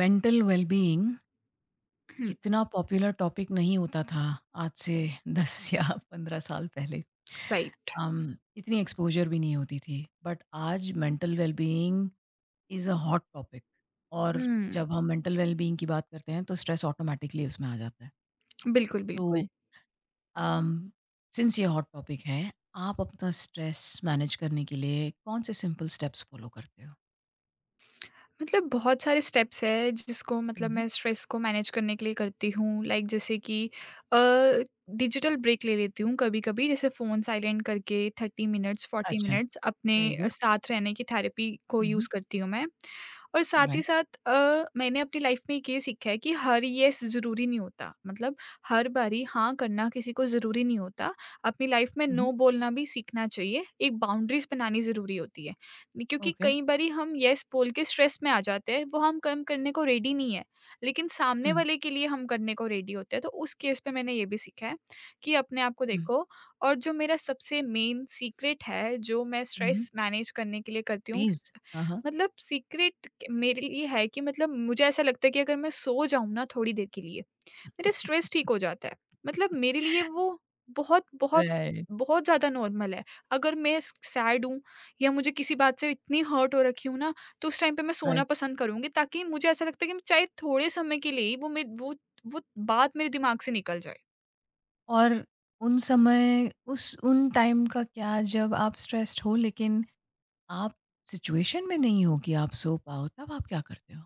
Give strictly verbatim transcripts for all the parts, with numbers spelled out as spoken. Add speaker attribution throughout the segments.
Speaker 1: Mental wellbeing
Speaker 2: हुँ,
Speaker 1: इतना popular topic नहीं होता था आज से दस या पंद्रह साल पहले।
Speaker 2: राइट।
Speaker 1: अम, इतनी एक्सपोज़र भी नहीं होती थी। बट आज mental wellbeing is a hot topic और
Speaker 2: हुँ,
Speaker 1: जब हम मेंटल वेलबीइंग की बात करते हैं तो स्ट्रेस ऑटोमैटिकली उसमें आ जाता है।
Speaker 2: बिल्कुल,
Speaker 1: तो
Speaker 2: बिल्कुल।
Speaker 1: अम, सिंस ये हॉट टॉपिक है, आप अपना स्ट्रेस मैनेज करने के लिए कौन से सिंपल स्टेप्स फ़ॉलो करते हो?
Speaker 2: मतलब बहुत सारे स्टेप्स हैं जिसको
Speaker 1: हुँ,
Speaker 2: मतलब
Speaker 1: हुँ।
Speaker 2: मैं स्ट्रेस को मैनेज करने के लिए करती हूँ लाइक जैसे कि अ, डिजिटल ब्रेक ले लेती हूँ कभी-कभी जैसे फ़ोन साइलेंट करके तीस मिनट्स चालीस
Speaker 1: अच्छा,
Speaker 2: मिनट्स अपने
Speaker 1: वेरी
Speaker 2: अ,
Speaker 1: गुड।
Speaker 2: साथ रहने की थेरेपी को
Speaker 1: हुँ, हुँ,
Speaker 2: यूज़ करती हूँ मैं। और साथ ही
Speaker 1: राइट।
Speaker 2: साथ अ, मैंने अपनी लाइफ़ में एक ये सीखा है कि हर येस ज़रूरी नहीं होता, मतलब हर बारी हाँ करना किसी को ज़रूरी नहीं होता। अपनी लाइफ़ में
Speaker 1: हुँ, हुँ,
Speaker 2: नो बोलना भी सीखना चाहिए, एक बाउंड्रीज़ बनानी ज़रूरी होती है। क्योंकि
Speaker 1: ओके।
Speaker 2: कई बारी हम यस बोल के स्ट्रेस में आ जाते हैं, वो हम कम करने को रेडी नहीं है, लेकिन
Speaker 1: हुँ।
Speaker 2: सामने वाले के लिए हम करने को रेडी होते हैं। तो उस केस पे मैंने ये भी सीखा है कि अपने आप को
Speaker 1: हुँ।
Speaker 2: देखो। और जो मेरा सबसे मेन सीक्रेट है, जो मैं
Speaker 1: हुँ,
Speaker 2: स्ट्रेस मैनेज करने के लिए करती हूँ
Speaker 1: प्लीज़।
Speaker 2: स
Speaker 1: हाँ, हाँ।
Speaker 2: मतलब सीक्रेट मेरे लिए है कि मतलब मुझे ऐसा लगता है कि अगर मैं सो जाऊँ ना थोड़ी देर के लिए, मेरा स्ट्रेस ठीक हो जाता है। मतलब मेरे लिए वो बहुत-बहुत, बहुत
Speaker 1: राइट।
Speaker 2: बहुत ज़्यादा नॉर्मल है। अगर मैं स सैड हूँ या मुझे किसी बात से इतनी हर्ट हो रखी हूँ ना, तो उस टाइम पे मैं सोना
Speaker 1: राइट।
Speaker 2: पसंद करूँगी ताकि मुझे ऐसा लगता है कि चाहे थोड़े समय के लिए ही वो मे वो वो बात मेरे दिमाग से निकल जाए।
Speaker 1: और उन समय उस उन टाइम का क्या जब आप स्ट्रेस्ड हो लेकिन आप सिचुएशन में नहीं हो कि आप सो पाओ, तब आप क्या करते हो?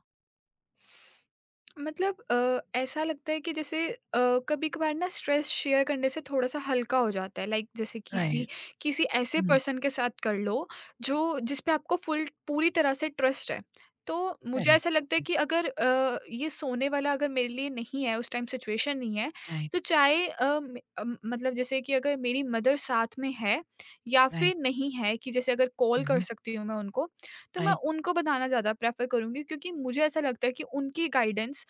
Speaker 2: मतलब अ, ऐसा लगता है कि जैसे कभी कभार ना स्ट्रेस शेयर करने से थोड़ा सा हल्का हो जाता है लाइक जैसे किसी
Speaker 1: राइट।
Speaker 2: किसी ऐसे
Speaker 1: हुँ,
Speaker 2: पर्सन के साथ कर लो जो जिस पे आपको फुल पूरी तरह से ट्रस्ट है, तो मुझे
Speaker 1: करेक्ट।
Speaker 2: ऐसा लगता है
Speaker 1: ओके।
Speaker 2: कि अगर अ, ये सोने वाला अगर मेरे लिए नहीं है, उस टाइम सिचुएशन नहीं है,
Speaker 1: राइट,
Speaker 2: तो चाहे अ, मे- अम, मतलब जैसे कि अगर मेरी मदर साथ में है या
Speaker 1: राइट।
Speaker 2: फिर नहीं है कि जैसे अगर कॉल कर
Speaker 1: उहुँ,
Speaker 2: सकती हूँ मैं उनको, तो मैं
Speaker 1: राइट।
Speaker 2: उनको बताना ज़्यादा प्रेफर करूँगी क्योंकि मुझे ऐसा लगता है कि उनकी गाइडेंस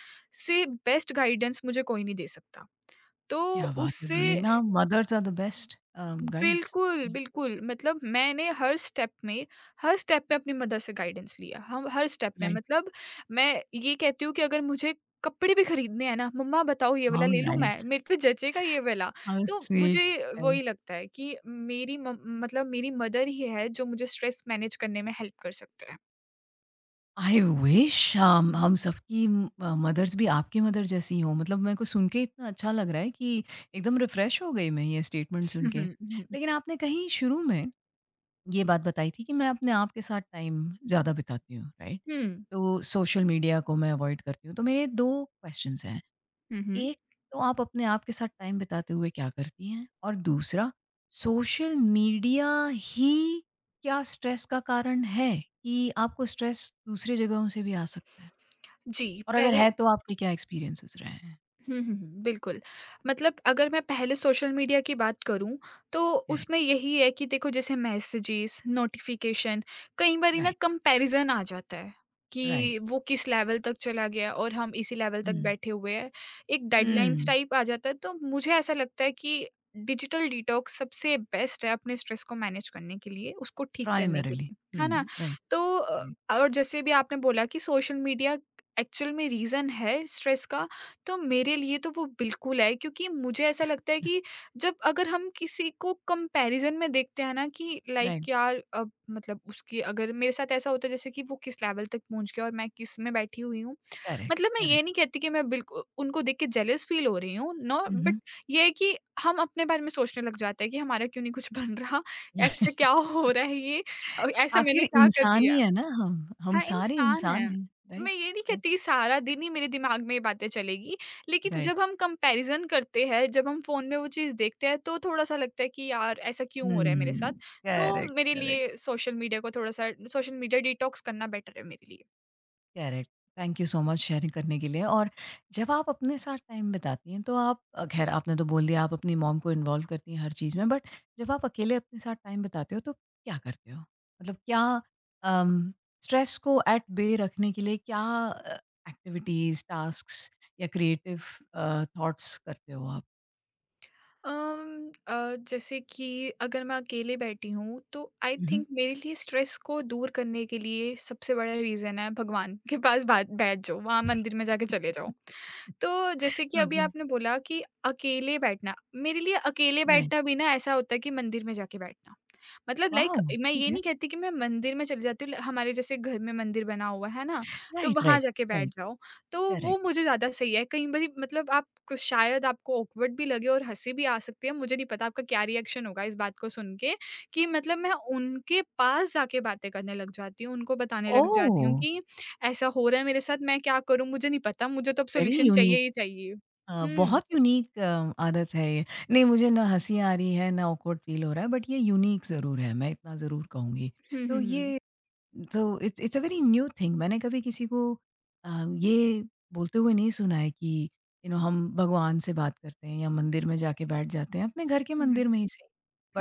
Speaker 2: से बेस्ट गाइडेंस मुझे कोई नहीं दे सकता। तो
Speaker 1: क्या बात है,
Speaker 2: उससे
Speaker 1: ब्रिलियंट! हाँ, mothers are the best uh, guides.
Speaker 2: बिल्कुल,
Speaker 1: हुँ,
Speaker 2: बिल्कुल, मतलब मैंने हर स्टेप में हर स्टेप पे अपनी मदर से गाइडेंस लिया। हम हर स्टेप में
Speaker 1: राइट।
Speaker 2: मतलब मैं ये कहती हूँ कि अगर मुझे कपड़े भी खरीदने हैं ना, मम्मा बताओ ये वाला
Speaker 1: हाउ
Speaker 2: ले लूँ मैं?
Speaker 1: नाइस!
Speaker 2: मेरे पे जचेगा ये वाला?
Speaker 1: हाउ
Speaker 2: तो
Speaker 1: स्वीट!
Speaker 2: मुझे
Speaker 1: राइट।
Speaker 2: वही लगता है कि मेरी म मतलब मेरी मदर ही है जो मुझे स्ट्रेस मैनेज करने में हेल्प कर सकते हैं।
Speaker 1: आई विश हम हम सबकी मदर्स भी आपकी मदर जैसी हों। मतलब मेरे को सुन के इतना अच्छा लग रहा है कि एकदम रिफ्रेश हो गई मैं ये स्टेटमेंट सुन
Speaker 2: हुँ,
Speaker 1: के।
Speaker 2: हुँ, हुँ,
Speaker 1: लेकिन आपने कहीं शुरू में ये बात बताई थी कि मैं अपने आप के साथ टाइम ज़्यादा बिताती हूँ, राइट?
Speaker 2: हुँ,
Speaker 1: तो सोशल मीडिया को मैं अवॉइड करती हूँ। तो मेरे दो क्वेश्चन्स हैं।
Speaker 2: हुँ, हुँ।
Speaker 1: एक तो आप अपने आप के साथ टाइम बिताते हुए क्या करती हैं? और दूसरा सोशल मीडिया ही क्या स्ट्रेस का कारण है कि आपको स्ट्रेस दूसरी जगहों से भी आ सकता है?
Speaker 2: जी,
Speaker 1: और अगर
Speaker 2: पहले।
Speaker 1: है तो आपके क्या एक्सपीरियंसेस रहे हैं?
Speaker 2: हुँ, हुँ, हुँ, बिल्कुल। मतलब अगर मैं पहले सोशल मीडिया की बात करूँ, तो
Speaker 1: करेक्ट,
Speaker 2: उसमें यही है कि देखो, जैसे मैसेजेस, नोटिफ़िकेशन, कई बारी ना
Speaker 1: राइट,
Speaker 2: कंपैरिज़न आ जाता है
Speaker 1: राइट,
Speaker 2: कि वो किस लेवल तक चला गया और हम इसी लेवल तक
Speaker 1: हुँ,
Speaker 2: बैठे हुए हैं। एक डेडलाइन्स
Speaker 1: हुँ,
Speaker 2: टाइप आ जाता है, तो मुझे ऐसा लगता है कि डिजिटल डिटॉक्स सबसे बेस्ट है अपने स्ट्रेस को मैनेज करने के लिए, उसको ठीक करने के
Speaker 1: प्राइमरीली
Speaker 2: लिए, है ना?
Speaker 1: हुँ, राइट,
Speaker 2: तो अ,
Speaker 1: राइट,
Speaker 2: और जैसे भी आपने बोला कि सोशल मीडिया एक्चुअल में रीज़न है स्ट्रेस का, तो मेरे लिए तो वो बिल्कुल है क्योंकि मुझे ऐसा लगता है कि जब अगर हम किसी को कंपैरिज़न में देखते हैं ना कि
Speaker 1: राइट,
Speaker 2: लाइक यार अब मतलब उसकी अगर मेरे साथ ऐसा होता है जैसे कि वो किस लेवल तक पहुँच गया और मैं किस में बैठी हुई हूँ।
Speaker 1: करेक्ट,
Speaker 2: मतलब मैं ये
Speaker 1: करेक्ट,
Speaker 2: नहीं कहती कि मैं बिल्कु उनको देख के जेलस फ़ील हो रही हूँ, नो
Speaker 1: हुँ,
Speaker 2: बट
Speaker 1: हुँ।
Speaker 2: ये है कि हम अपने बारे में सोचने लग जाते हैं कि हमारा क्यों नहीं कुछ बन रहा? ऐसे क्या हो रहा है ये? अ, ऐसा
Speaker 1: आखिर
Speaker 2: मैंने क्या कर
Speaker 1: इंसान ही
Speaker 2: दिया?
Speaker 1: है ना हम, हम
Speaker 2: हाँ,
Speaker 1: सारे
Speaker 2: इंसान
Speaker 1: इंसान
Speaker 2: है।
Speaker 1: हैं, राइट,
Speaker 2: मैं ये नहीं
Speaker 1: राइट,
Speaker 2: कहती सारा दिन ही मेरे दिमाग में ये बातें चलेगी, लेकिन
Speaker 1: राइट,
Speaker 2: जब हम कंपैरिज़न करते हैं, जब हम फ़ोन में वो चीज़ देखते हैं तो थोड़ा-सा लगता है कि यार ऐसा क्यों हो रहा है मेरे
Speaker 1: हुँ,
Speaker 2: साथ? तो
Speaker 1: करेक्ट,
Speaker 2: मेरे
Speaker 1: करेक्ट।
Speaker 2: लिए सोशल मीडिया को थोड़ा-सा सोशल मीडिया डिटॉक्स करना बेटर है मेरे लिए।
Speaker 1: Correct. Thank you so much share करने के लिए और जब आप अपने साथ टाइम बिताती हैं तो आप अ, ख़ैर आपने तो बोल दिया आप अपनी मॉम को इन्वॉल्व करती हैं हर चीज़ में बट जब आप अकेले अपने साथ टाइम बिताते हो तो क्या करते हो? मतलब क्या अम, स्ट्रेस को एट बे रखने के लिए क्या अ, एक्टिविटीज़, टास्क्स या क्रिएटिव अ, थॉट्स करते हो आप?
Speaker 2: अम, अ, जैसे कि अगर मैं अकेले बैठी हूँ तो आई
Speaker 1: उहुँ।
Speaker 2: थिंक मेरे लिए स्ट्रेस को दूर करने के लिए सबसे बड़ा रीज़न है भगवान के पास बात बैठ जाओ, वहाँ मंदिर में जाके चले जाओ। तो जैसे कि अभी
Speaker 1: ओके।
Speaker 2: आपने बोला कि अकेले बैठना, मेरे लिए अकेले
Speaker 1: राइट।
Speaker 2: बैठना भी ना ऐसा होता है कि मंदिर में जाके बैठना। मतलब लाइक
Speaker 1: वाओ!
Speaker 2: मैं ये
Speaker 1: ओके।
Speaker 2: नहीं कहती कि मैं मंदिर में चली जाती हूँ, ल हमारे जैसे घर में मंदिर बना हुआ है ना, तो
Speaker 1: राइट,
Speaker 2: वहाँ
Speaker 1: राइट,
Speaker 2: जाके बैठ
Speaker 1: राइट।
Speaker 2: जाओ। तो वो
Speaker 1: करेक्ट।
Speaker 2: मुझे ज़्यादा सही है। कई बारी मतलब आप कुछ, शायद आपको ऑकवर्ड भी लगे और हँसी भी आ सकती है। मुझे नहीं पता आपका क्या रिएक्शन होगा इस बात को सुन के कि मतलब मैं उनके पास जाके बातें करने लग जाती हूँ, उनको बताने लग जाती हूँ
Speaker 1: ओह!
Speaker 2: कि ऐसा हो रहा है मेरे साथ, मैं क्या करूँ? मुझे नहीं पता, मुझे तो अब
Speaker 1: वेरी
Speaker 2: सॉल्यूशन चाहिए
Speaker 1: यूनिक।
Speaker 2: ही चाहिए।
Speaker 1: अ,
Speaker 2: हुँ।
Speaker 1: बहुत यूनिक अ, आदत है ये। नहीं मुझे ना हँसी आ रही है, ना ऑकवर्ड फ़ील हो रहा है बट ये यूनिक ज़रूर है, मैं इतना ज़रूर कहूँगी।
Speaker 2: हुँ,
Speaker 1: तो
Speaker 2: हुँ, हुँ।
Speaker 1: ये so it's it's a very new thing मैंने कभी किसी को अ, ये बोलते हुए नहीं सुना है कि यू नो हम भगवान से बात करते हैं या मंदिर में जाके बैठ जाते हैं, अपने घर के
Speaker 2: हुँ, हुँ।
Speaker 1: मंदिर में ही सही,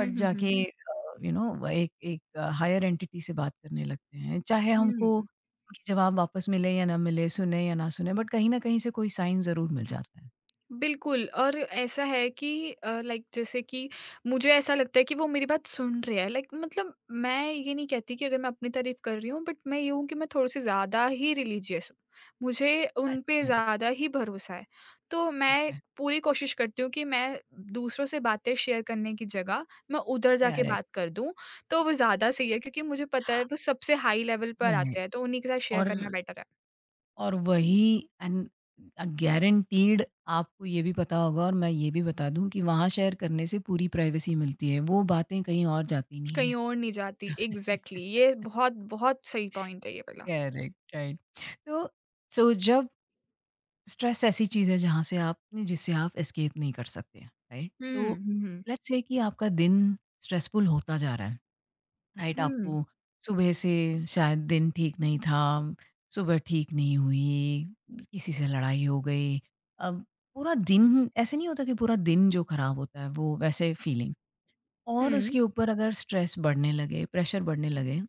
Speaker 2: हुँ, हुँ, हुँ।
Speaker 1: जाके अ, यू नो एक एक हायर एंटिटी से बात करने लगते हैं। चाहे हमको
Speaker 2: हुँ।
Speaker 1: उनके जवाब वापस मिले या ना मिले, सुने या ना सुने बट कहीं न कहीं से कोई साइन ज़रूर मिल जाता है।
Speaker 2: बिल्कुल। और ऐसा है कि लाइक जैसे कि मुझे ऐसा लगता है कि वो मेरी बात सुन रहे हैं लाइक, मतलब मैं ये नहीं कहती कि अगर मैं अपनी तारीफ कर रही हूँ बट मैं ये हूँ कि मैं थोड़ी सी ज़्यादा ही रिलीजियस हूँ, मुझे उन पे
Speaker 1: अच्छा,
Speaker 2: ज़्यादा ही भरोसा है, तो मैं
Speaker 1: ओके,
Speaker 2: पूरी कोशिश करती हूँ कि मैं दूसरों से बातें शेयर करने की जगह मैं उधर जाके
Speaker 1: करेक्ट,
Speaker 2: बात कर दूँ, तो वो ज़्यादा सही है क्योंकि मुझे पता है वो सबसे हाई लेवल पर
Speaker 1: राइट
Speaker 2: आते हैं तो उन्हीं के साथ शेयर
Speaker 1: और
Speaker 2: करना बेटर है।
Speaker 1: और वही एंड अ, गारंटीड आपको ये भी पता होगा और मैं ये भी बता दूँ कि वहाँ शेयर करने से पूरी प्राइवेसी मिलती है, वो बातें कहीं और जाती नहीं हैं।
Speaker 2: कहीं और नहीं जाती, एग्ज़ैक्टली, ये बहुत, बहुत सही पॉइंट है ये वाला।
Speaker 1: Correct, right. तो सो जब स्ट्रेस ऐसी चीज़ है जहाँ से आपने जिससे आप एस्केप नहीं कर सकते, राइट?
Speaker 2: हुँ,
Speaker 1: तो
Speaker 2: हुँ, हुँ।
Speaker 1: लेट्स से कि आपका दिन स्ट्रेसफुल होता जा रहा है। राइट
Speaker 2: हुँ,
Speaker 1: आपको सुबह से शायद दिन ठीक नहीं था, सुबह ठीक नहीं हुई, किसी से लड़ाई हो गई। अब पूरा दिन ऐसे नहीं होता कि पूरा दिन जो खराब होता है वो वैसे फीलिंग और
Speaker 2: हुँ।
Speaker 1: उसके ऊपर अगर स्ट्रेस बढ़ने लगे, प्रेशर बढ़ने लगे,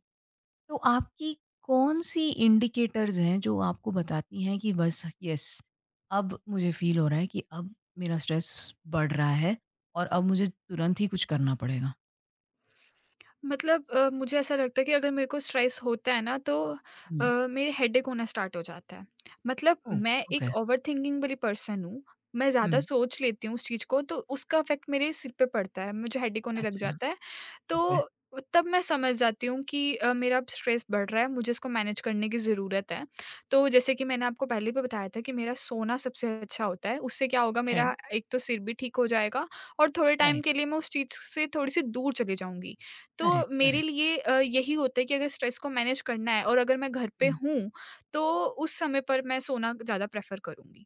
Speaker 1: तो आपकी कौन-सी इंडिकेटर्स हैं जो आपको बताती हैं कि बस यस अब मुझे फ़ील हो रहा है कि अब मेरा स्ट्रेस बढ़ रहा है और अब मुझे तुरंत ही कुछ करना पड़ेगा?
Speaker 2: मतलब अ, मुझे ऐसा लगता है कि अगर मेरे को स्ट्रेस होता है ना तो अ,
Speaker 1: हुँ।
Speaker 2: मेरे हेडेक होना स्टार्ट हो जाता है। मतलब
Speaker 1: ओह!
Speaker 2: मैं एक
Speaker 1: ओके।
Speaker 2: ओवरथिंकिंग वाली पर्सन हूँ, मैं
Speaker 1: हुँ,
Speaker 2: ज़्यादा सोच लेती हूँ उस चीज़ को तो उसका इफ़ेक्ट मेरे सिर पे पड़ता है, मुझे हेडेक होने लग
Speaker 1: अच्छा।
Speaker 2: जाता है।
Speaker 1: ओके
Speaker 2: तो तब मैं समझ जाती हूँ कि अ, मेरा अब स्ट्रेस बढ़ रहा है, मुझे इसको मैनेज करने की ज़रूरत है। तो जैसे कि मैंने आपको पहले भी बताया था कि मेरा सोना सबसे अच्छा होता है, उससे क्या होगा
Speaker 1: राइट
Speaker 2: मेरा एक तो सिर भी ठीक हो जाएगा और थोड़े टाइम
Speaker 1: राइट
Speaker 2: के लिए मैं उस चीज़ से थोड़ी-सी दूर चली जाऊँगी। तो
Speaker 1: करेक्ट
Speaker 2: मेरे
Speaker 1: करेक्ट
Speaker 2: लिए अ, यही होता है कि अगर स्ट्रेस को मैनेज करना है और अगर मैं घर पे
Speaker 1: हम्म,
Speaker 2: हूँ, तो उस समय पर मैं सोना ज़्यादा प्रेफ़र करूँगी।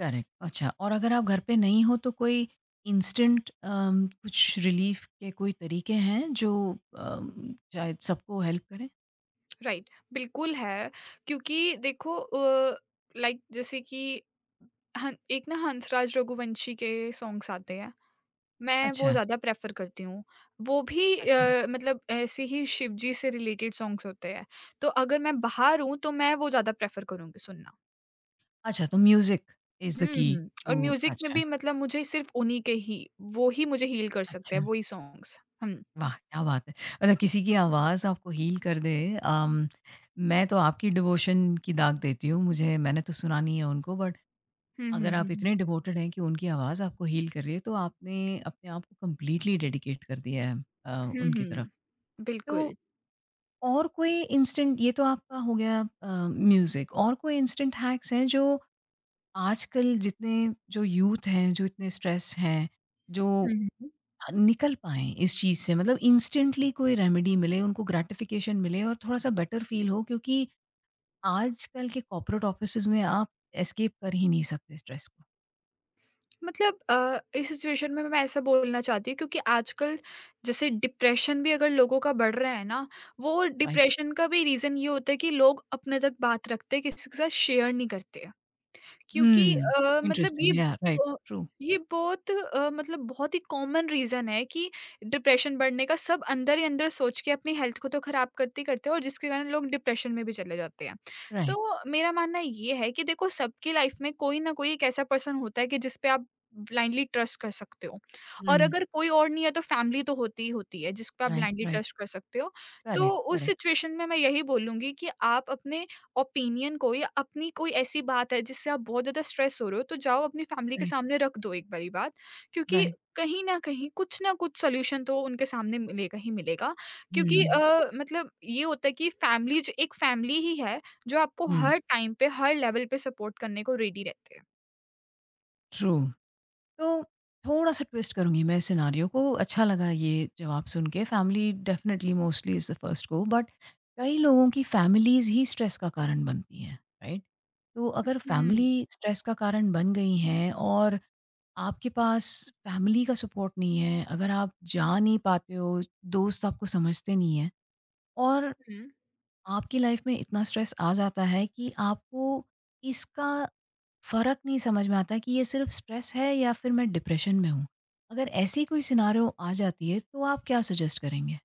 Speaker 1: करेक्ट अच्छा और अगर आप घर पे नहीं हो तो कोई इंस्टेंट कुछ रिलीफ के कोई तरीके हैं जो अम, शायद सबको हेल्प करें
Speaker 2: राइट, बिल्कुल है क्योंकि देखो अ, लाइक जैसे कि हं एक ना हंसराज रघुवंशी के सॉन्ग्स आते हैं, मैं वो
Speaker 1: अच्छा
Speaker 2: ज़्यादा प्रेफ़र करती हूँ। वो भी
Speaker 1: अच्छा
Speaker 2: अ, मतलब ऐसे ही शिव जी से रिलेटेड सॉन्ग्स होते हैं, तो अगर मैं बाहर हूँ, तो मैं वो ज़्यादा प्रेफ़र करूँगी सुनना।
Speaker 1: अच्छा तो म्यूजिक इज द
Speaker 2: हुँ,
Speaker 1: की
Speaker 2: हुँ। और
Speaker 1: टू
Speaker 2: म्यूज़िक में
Speaker 1: अच्छा
Speaker 2: भी मतलब मुझे सिर्फ़ उन्हीं के ही वो ही मुझे हील कर सकते
Speaker 1: अच्छा
Speaker 2: हैं, वही सॉन्ग्स। हुँ।
Speaker 1: वाह क्या बात है मतलब किसी की आवाज़ आपको हील कर दे अम, मैं तो आपकी डिवोशन की दाग देती हूँ मुझे मैंने तो सुना नहीं है उनको बट
Speaker 2: हुँ, हुँ,
Speaker 1: अगर आप
Speaker 2: हुँ, हुँ।
Speaker 1: इतने डिवोटेड हैं कि उनकी आवाज़ आपको हील कर रही है, तो आपने अपने आप को कंप्लीटली डेडिकेट कर दिया है अ,
Speaker 2: हुँ,
Speaker 1: उनकी तरफ।
Speaker 2: हुँ। बिल्कुल।
Speaker 1: तो और कोई इंस्टेंट ये तो आपका हो गया अ, म्यूज़िक और कोई इंस्टेंट हैक्स हैं जो आजकल जितने जो यूथ हैं, जो इतने स्ट्रेस्ड हैं, जो
Speaker 2: हुँ, हुँ।
Speaker 1: अ, निकल पाएँ इस चीज़ से मतलब इंस्टेंटली कोई रेमेडी मिले, उनको ग्रैटिफ़िकेशन मिले और थोड़ा-सा बेटर फ़ील हो क्योंकि आजकल के कॉर्पोरेट ऑफ़िसेज़ में आप एस्केप कर ही नहीं सकते स्ट्रेस को,
Speaker 2: मतलब अ, इस सिचुएशन में मैं ऐसा बोलना चाहती हूँ क्योंकि आजकल जैसे डिप्रेशन भी अगर लोगों का बढ़ रहा है ना, वो
Speaker 1: राइट?
Speaker 2: डिप्रेशन का भी रीज़न ये होता है कि लोग अपने तक बात रखते हैं, किसी के साथ शेयर नहीं करते। क्योंकि
Speaker 1: Hmm.
Speaker 2: अ, मतलब
Speaker 1: Interesting.
Speaker 2: ये
Speaker 1: Yeah, right.
Speaker 2: अ,
Speaker 1: True.
Speaker 2: ये बहुत अ, मतलब बहुत ही कॉमन रीज़न है कि डिप्रेशन बढ़ने का, सब अंदर ही अंदर सोच के अपनी हेल्थ को तो ख़राब करते ही करते हैं और जिसके कारण लोग डिप्रेशन में भी चले जाते हैं।
Speaker 1: Right.
Speaker 2: तो मेरा मानना ये है कि देखो, सबकी लाइफ़ में कोई ना कोई एक ऐसा पर्सन होता है कि जिस पे आप ब्लाइंडली ट्रस्ट कर सकते हो और
Speaker 1: Mm.
Speaker 2: अगर कोई और नहीं है तो फैमिली तो होती ही होती है जिस पे आप
Speaker 1: Right,
Speaker 2: ब्लाइंडली
Speaker 1: right.
Speaker 2: ट्रस्ट कर सकते हो। तो
Speaker 1: करेक्ट,
Speaker 2: उस
Speaker 1: करेक्ट,
Speaker 2: सिचुएशन में मैं यही बोलूँगी कि आप अपने ओपिनियन को या अपनी कोई ऐसी बात है जिससे आप बहुत ज़्यादा स्ट्रेस हो रहे हो, तो जाओ अपनी फैमिली के
Speaker 1: राइट,
Speaker 2: सामने रख दो एक बारी बात। क्योंकि
Speaker 1: राइट।
Speaker 2: कहीं न कहीं कुछ न कुछ सॉल्यूशन तो उनके सामने मिलेगा ही मिलेगा। क्योंकि
Speaker 1: हुँ,
Speaker 2: अ, मतलब ये होता है कि फैमिली ज एक फैमिली ही है जो आपको
Speaker 1: हुँ,
Speaker 2: हर टाइम पे, हर लेवल पे सपोर्ट करने को रेडी रहते हैं।
Speaker 1: ट्रू। तो थोड़ा-सा ट्विस्ट करूँगी मैं सिनेरियो को, अच्छा लगा ये जवाब सुन के। Family definitely mostly is the first go, but कई लोगों की फैमिलीज़ ही स्ट्रेस का कारण बनती हैं, राइट? तो अगर
Speaker 2: हुँ,
Speaker 1: फैमिली स्ट्रेस का कारण बन गई हैं और आपके पास फैमिली का सपोर्ट नहीं है, अगर आप जा नहीं पाते हो, दोस्त आपको समझते नहीं हैं और
Speaker 2: हुँ।
Speaker 1: आपकी लाइफ में इतना स्ट्रेस आ जाता है कि आपको इसका फर्क नहीं समझ में आता कि ये सिर्फ स्ट्रेस है या फिर मैं डिप्रेशन में हूँ। अगर ऐसी कोई सिनेरियो आ जाती है तो आप क्या सजेस्ट करेंगे?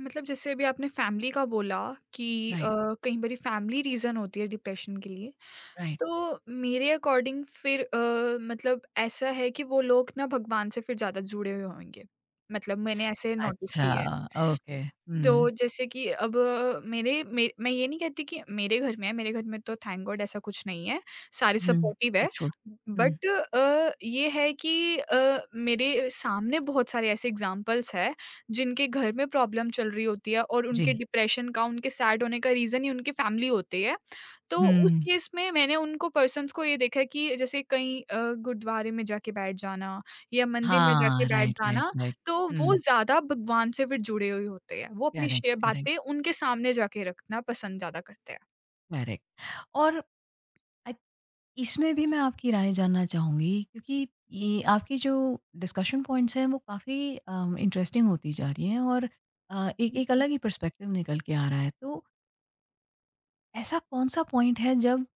Speaker 2: मतलब जैसे अभी आपने फैमिली का बोला कि अ,
Speaker 1: राइट,
Speaker 2: कई बारी फैमिली रीज़न होती है डिप्रेशन के लिए।
Speaker 1: राइट।
Speaker 2: तो मेरे अकॉर्डिंग फिर अ, मतलब ऐसा है कि वो लोग ना भगवान से फिर ज़्यादा जुड़े हुए होंगे। मतलब मैंने ऐसे नोटिस
Speaker 1: अच्छा,
Speaker 2: किया है।
Speaker 1: ओके। हुँ।
Speaker 2: तो जैसे कि अब अ, मेरे मे मैं ये नहीं कहती कि मेरे घर में है, मेरे घर में तो थैंक गॉड ऐसा कुछ नहीं है, सारे
Speaker 1: हुँ,
Speaker 2: सपोर्टिव है।
Speaker 1: टचवुड। हुँ।
Speaker 2: बट अ, ये है कि अ, मेरे सामने बहुत सारे ऐसे एग्ज़ाम्पल्स हैं, जिनके घर में प्रॉब्लम चल रही होती है और
Speaker 1: जी।
Speaker 2: उनके डिप्रेशन का, उनके सैड होने का रीज़न ही उनकी फैमिली होती है। तो उस
Speaker 1: हुँ।
Speaker 2: केस में मैंने उनको पर्सन्स को ये देखा कि जैसे कहीं अ, गुरुद्वारे में जाके बैठ जाना या मंदिर में जाके
Speaker 1: हाँ,
Speaker 2: बैठ
Speaker 1: राइट, राइट,
Speaker 2: जाना,
Speaker 1: राइट।
Speaker 2: तो वो
Speaker 1: हुँ,
Speaker 2: ज़्यादा भगवान से फिर जुड़े हुए होते हैं। वो अपनी
Speaker 1: करेक्ट,
Speaker 2: शे
Speaker 1: करेक्ट,
Speaker 2: बातें उनके सामने जाके रखना पसंद ज़्यादा करते हैं।
Speaker 1: करेक्ट और आई इसमें भी मैं आपकी राय जानना चाहूँगी क्योंकि ये आपकी जो डिस्कशन पॉइंट्स हैं वो काफ़ी अम, इंटरेस्टिंग होती जा रही हैं और अ, एक
Speaker 2: हुँ,
Speaker 1: एक
Speaker 2: हुँ।
Speaker 1: अलग ही पर्सपेक्टिव निकल के आ रहा है। तो ऐसा कौन-सा पॉइंट है जब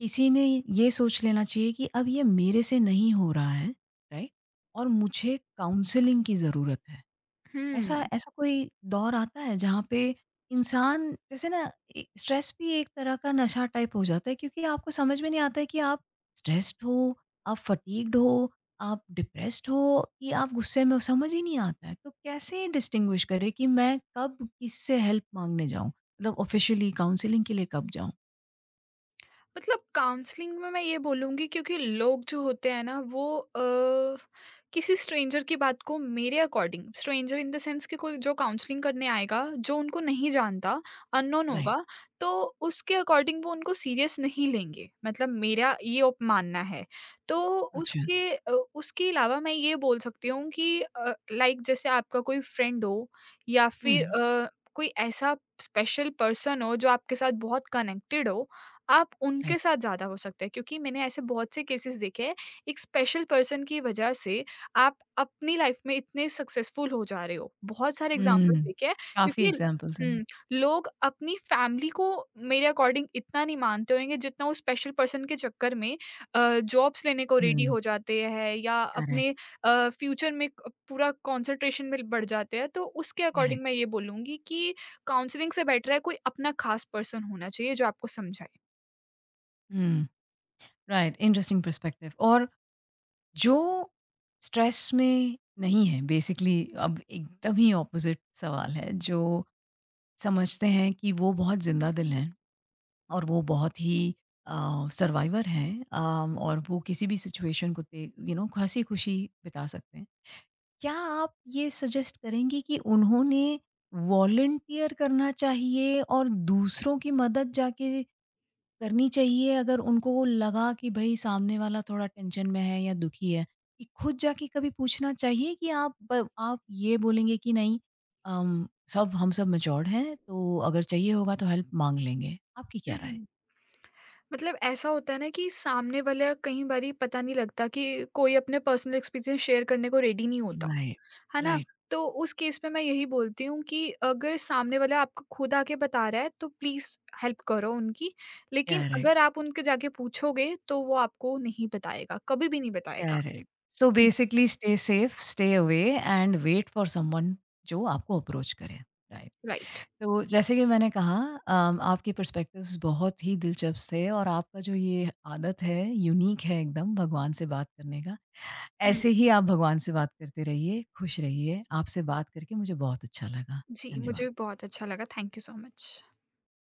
Speaker 1: किसी ने ये सोच लेना चाहिए कि अब ये मेरे से नहीं हो रहा है, राइट? और मुझे काउंसलिंग की ज़रूरत है? ऐसा
Speaker 2: हुँ।
Speaker 1: ऐसा कोई दौर आता है जहाँ पे इंसान जैसे ना ए- स्ट्रेस भी एक तरह का नशा टाइप हो जाता है क्योंकि आपको समझ में नहीं आता है कि आप स्ट्रेस्ड हो आप फटीग्ड हो आप डिप्रेस्ड हो कि आप गुस्से में हो समझ ही नहीं आता है तो कैसे डिस्टिंग्विश करें कि मैं कब किससे हेल्प मांगने जाऊं मतलब ऑफिशियली काउंसलिंग के लिए कब जाऊं
Speaker 2: मतलब काउंसलिंग में मैं ये बोलूँगी क्योंकि लोग जो होते हैं ना वो अ, किसी स्ट्रेंजर की बात को मेरे according stranger in the sense कि कोई जो काउंसलिंग करने आएगा जो उनको नहीं जानता अननोन
Speaker 1: राइट
Speaker 2: होगा, तो उसके अकॉर्डिंग वो उनको सीरियस नहीं लेंगे, मतलब मेरा ये ओप- मानना है। तो
Speaker 1: अच्छा
Speaker 2: उसके अ, उसके अलावा मैं ये बोल सकती हूँ कि लाइक जैसे आपका कोई फ्रेंड हो या फिर
Speaker 1: हम्म
Speaker 2: अ, कोई ऐसा स्पेशल पर्सन हो जो आपके साथ बहुत कनेक्टेड हो, आप उनके
Speaker 1: राइट
Speaker 2: साथ ज़्यादा हो सकता है क्योंकि मैंने ऐसे बहुत से केसेस देखे हैं, एक स्पेशल पर्सन की वजह से आप अपनी लाइफ में इतने सक्सेसफुल हो जा रहे हो। बहुत सारे एग्ज़ाम्पल्स
Speaker 1: हम्म
Speaker 2: देखे हैं
Speaker 1: काफी
Speaker 2: क्योंकि
Speaker 1: एग्जांपल्स हैं
Speaker 2: हुँ, लोग अपनी फैमिली को मेरे अकॉर्डिंग इतना नहीं मानते होंगे जितना वो स्पेशल पर्सन के चक्कर में अ, जॉब्स लेने को रेडी
Speaker 1: हम्म
Speaker 2: हो जाते हैं या अपने
Speaker 1: करेक्ट
Speaker 2: अ, फ्यूचर में क पूरा कंसंट्रेशन में बढ़ जाते हैं। तो उसके
Speaker 1: करेक्ट
Speaker 2: अकॉर्डिंग मैं ये बोलूँगी कि काउंसलिंग से बेटर है कोई अपना ख़ास पर्सन होना चाहिए जो आपको समझाए।
Speaker 1: हम्म राइट इंटरेस्टिंग पर्सपेक्टिव और जो स्ट्रेस में नहीं है बेसिकली अब एकदम ही ऑपोज़िट सवाल है, जो समझते हैं कि वो बहुत ज़िंदा-दिल हैं और वो बहुत ही अ, सर्वाइवर हैं अम, और वो किसी भी सिचुएशन को ते यू नो हँसी-खुशी बिता सकते हैं। क्या आप ये सजेस्ट करेंगी कि उन्होंने वॉलंटियर करना चाहिए और दूसरों की मदद जाके करनी चाहिए अगर उनको लगा कि भई सामने वाला थोड़ा टेंशन में है या दुखी है, कि खुद जाके कभी पूछना चाहिए कि आप ब आप ये बोलेंगे कि नहीं अम, सब हम सब मैच्योर्ड हैं, तो अगर चाहिए होगा तो हेल्प माँग लेंगे। आपकी क्या
Speaker 2: हुँ,
Speaker 1: राय है?
Speaker 2: हुँ। मतलब ऐसा होता है ना कि सामने वाला कई बारी पता नहीं लगता कि कोई अपने पर्सनल एक्सपीरियंस शेयर करने को रेडी नहीं होता,
Speaker 1: Right,
Speaker 2: है ना?
Speaker 1: right,
Speaker 2: तो उस केस में मैं यही बोलती हूँ कि अगर सामने वाला आपको खुद आके बता रहा है तो प्लीज़ हेल्प करो उनकी, लेकिन
Speaker 1: correct,
Speaker 2: अगर आप उनके जाके पूछोगे तो वो आपको नहीं बताएगा, कभी भी नहीं बताएगा।
Speaker 1: correct. So basically stay safe, stay away and wait for someone जो आपको अप्रोच करे, राइट?
Speaker 2: राइट।
Speaker 1: तो जैसे कि मैंने कहा अम, आपके पर्सपेक्टिव्स बहुत ही दिलचस्प थे और आपका जो ये आदत है यूनिक है एकदम भगवान से बात करने का।
Speaker 2: हुँ,
Speaker 1: ऐसे ही आप भगवान से बात करते रहिए, खुश रहिए। आपसे बात करके मुझे बहुत अच्छा लगा।
Speaker 2: जी, मुझे भी
Speaker 1: धन्यवाद।
Speaker 2: बहुत अच्छा लगा। Thank you so much.